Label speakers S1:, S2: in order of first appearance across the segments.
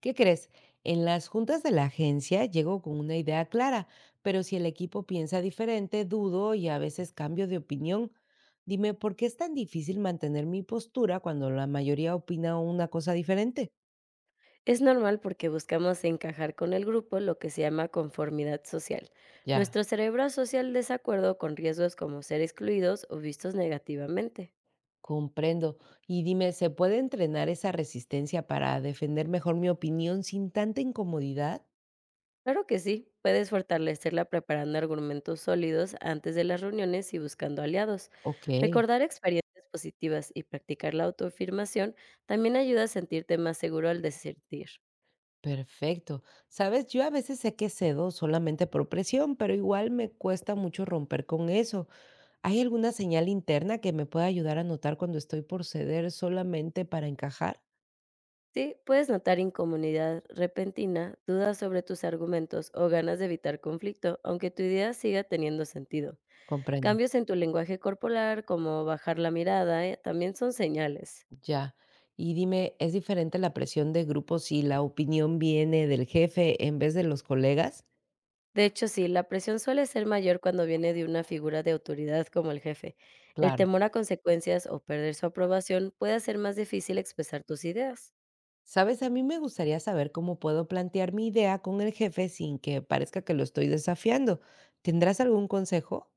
S1: ¿Qué crees? En las juntas de la agencia llego con una idea clara, pero si el equipo piensa diferente, dudo y a veces cambio de opinión. Dime, ¿por qué es tan difícil mantener mi postura cuando la mayoría opina una cosa diferente?
S2: Es normal porque buscamos encajar con el grupo, lo que se llama conformidad social.
S1: Ya,
S2: Nuestro cerebro asocia el desacuerdo con riesgos como ser excluidos o vistos negativamente.
S1: comprendo. Y dime, ¿se puede entrenar esa resistencia para defender mejor mi opinión sin tanta incomodidad?
S2: Claro que sí, puedes fortalecerla preparando argumentos sólidos antes de las reuniones y buscando aliados.
S1: Ok,
S2: Recordar experiencias positivas y practicar la autoafirmación también ayuda a sentirte más seguro al desertir.
S1: perfecto. Sabes, yo a veces sé que cedo solamente por presión, pero igual me cuesta mucho romper con eso. ¿Hay alguna señal interna que me pueda ayudar a notar cuando estoy por ceder solamente para encajar?
S2: Sí, puedes notar incomunidad repentina, dudas sobre tus argumentos o ganas de evitar conflicto, aunque tu idea siga teniendo sentido.
S1: Comprendo.
S2: Cambios en tu lenguaje corporal, como bajar la mirada, también son señales.
S1: Ya. Y dime, ¿es diferente la presión de grupo si la opinión viene del jefe en vez de los colegas?
S2: De hecho, sí, la presión suele ser mayor cuando viene de una figura de autoridad como el jefe. El
S1: Claro.
S2: temor a consecuencias o perder su aprobación puede hacer más difícil expresar tus ideas.
S1: Sabes, a mí me gustaría saber cómo puedo plantear mi idea con el jefe sin que parezca que lo estoy desafiando. ¿Tendrás algún consejo?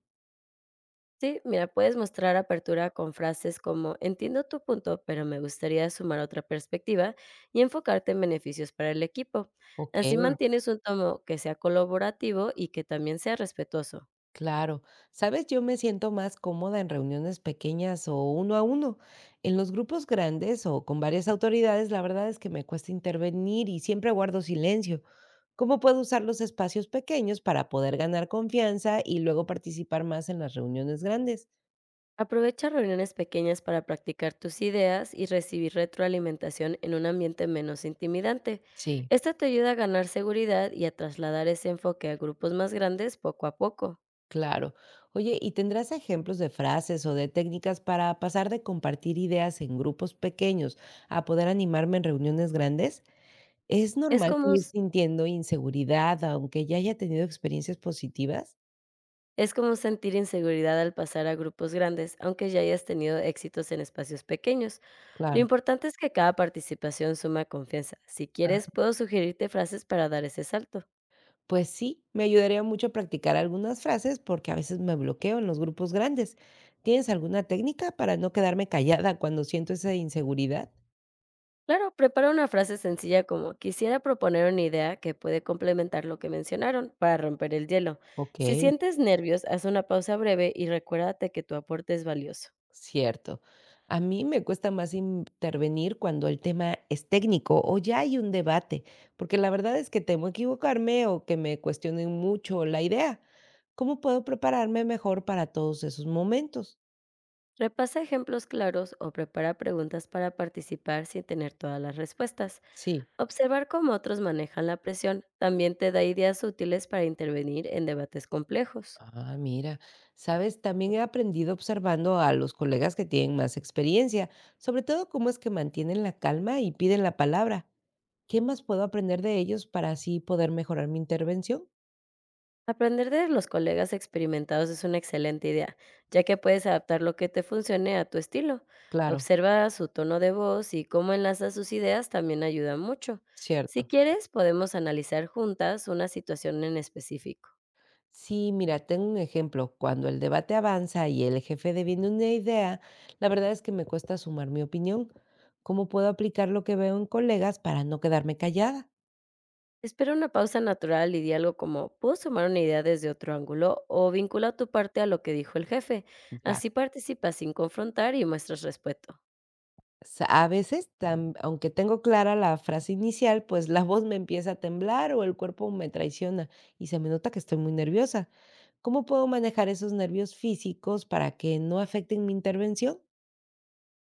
S2: Sí, mira, puedes mostrar apertura con frases como entiendo tu punto, pero me gustaría sumar otra perspectiva y enfocarte en beneficios para el equipo. Así
S1: Ok.
S2: mantienes un tono que sea colaborativo y que también sea respetuoso.
S1: Claro, sabes, yo me siento más cómoda en reuniones pequeñas o uno a uno. En los grupos grandes o con varias autoridades, la verdad es que me cuesta intervenir y siempre guardo silencio. ¿Cómo puedo usar los espacios pequeños para poder ganar confianza y luego participar más en las reuniones grandes?
S2: Aprovecha reuniones pequeñas para practicar tus ideas y recibir retroalimentación en un ambiente menos intimidante.
S1: Sí,
S2: Esto te ayuda a ganar seguridad y a trasladar ese enfoque a grupos más grandes poco a poco.
S1: claro. Oye, ¿y tendrás ejemplos de frases o de técnicas para pasar de compartir ideas en grupos pequeños a poder animarme en reuniones grandes? ¿Es
S2: Es
S1: normal
S2: común.
S1: seguir sintiendo inseguridad aunque ya haya tenido experiencias positivas?
S2: Es como sentir inseguridad al pasar a grupos grandes, aunque ya hayas tenido éxitos en espacios pequeños. Lo
S1: Claro,
S2: importante es que cada participación suma confianza. Si
S1: ajá.
S2: quieres, puedo sugerirte frases para dar ese salto.
S1: Pues sí, me ayudaría mucho practicar algunas frases porque a veces me bloqueo en los grupos grandes. ¿Tienes alguna técnica para no quedarme callada cuando siento esa inseguridad?
S2: Claro, prepara una frase sencilla como quisiera proponer una idea que puede complementar lo que mencionaron para romper el hielo.
S1: Ok.
S2: Si sientes nervios, haz una pausa breve y recuérdate que tu aporte es valioso.
S1: Cierto. A mí me cuesta más intervenir cuando el tema es técnico o ya hay un debate, porque la verdad es que temo equivocarme o que me cuestionen mucho la idea. ¿Cómo puedo prepararme mejor para todos esos momentos?
S2: Repasa ejemplos claros o prepara preguntas para participar sin tener todas las respuestas.
S1: Sí.
S2: Observar cómo otros manejan la presión también te da ideas útiles para intervenir en debates complejos.
S1: Ah, mira, sabes, también he aprendido observando a los colegas que tienen más experiencia, sobre todo cómo es que mantienen la calma y piden la palabra. ¿Qué más puedo aprender de ellos para así poder mejorar mi intervención?
S2: Aprender de los colegas experimentados es una excelente idea, ya que puedes adaptar lo que te funcione a tu estilo.
S1: Claro,
S2: Observa su tono de voz y cómo enlaza sus ideas también ayuda mucho. Si
S1: cierto.
S2: quieres, podemos analizar juntas una situación en específico.
S1: Sí, mira, tengo un ejemplo. Cuando el debate avanza y el jefe deviene una idea, la verdad es que me cuesta sumar mi opinión. ¿Cómo puedo aplicar lo que veo en colegas para no quedarme callada?
S2: Espera una pausa natural y di algo como, ¿puedo sumar una idea desde otro ángulo? O vincula tu parte a lo que dijo el jefe.
S1: Ya.
S2: Así participas sin confrontar y muestras respeto.
S1: A veces, aunque tengo clara la frase inicial, pues la voz me empieza a temblar o el cuerpo me traiciona y se me nota que estoy muy nerviosa. ¿Cómo puedo manejar esos nervios físicos para que no afecten mi intervención?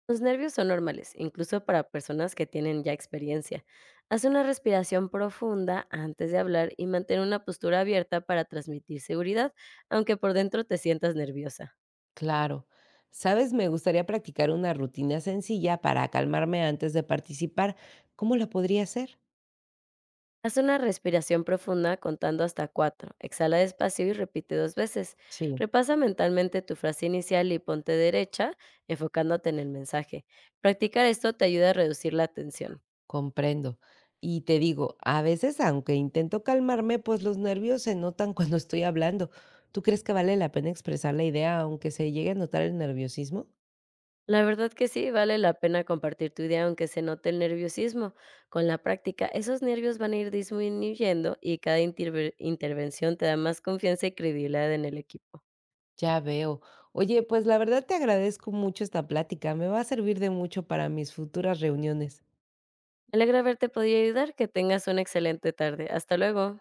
S2: Los nervios son normales, incluso para personas que tienen ya experiencia. Haz una respiración profunda antes de hablar y mantén una postura abierta para transmitir seguridad, aunque por dentro te sientas nerviosa.
S1: Claro. Sabes, me gustaría practicar una rutina sencilla para calmarme antes de participar. ¿Cómo la podría hacer?
S2: Haz una respiración profunda contando hasta cuatro. Exhala despacio y repite dos veces.
S1: Sí,
S2: Repasa mentalmente tu frase inicial y ponte derecha, enfocándote en el mensaje. Practicar esto te ayuda a reducir la tensión.
S1: comprendo. Y te digo, a veces, aunque intento calmarme, pues los nervios se notan cuando estoy hablando. ¿Tú crees que vale la pena expresar la idea aunque se llegue a notar el nerviosismo?
S2: La verdad que sí, vale la pena compartir tu idea aunque se note el nerviosismo. Con la práctica, esos nervios van a ir disminuyendo y cada intervención te da más confianza y credibilidad en el equipo.
S1: Ya veo. Oye, pues la verdad te agradezco mucho esta plática. Me va a servir de mucho para mis futuras reuniones.
S2: Me alegra haberte podido ayudar, que tengas una excelente tarde. Hasta luego.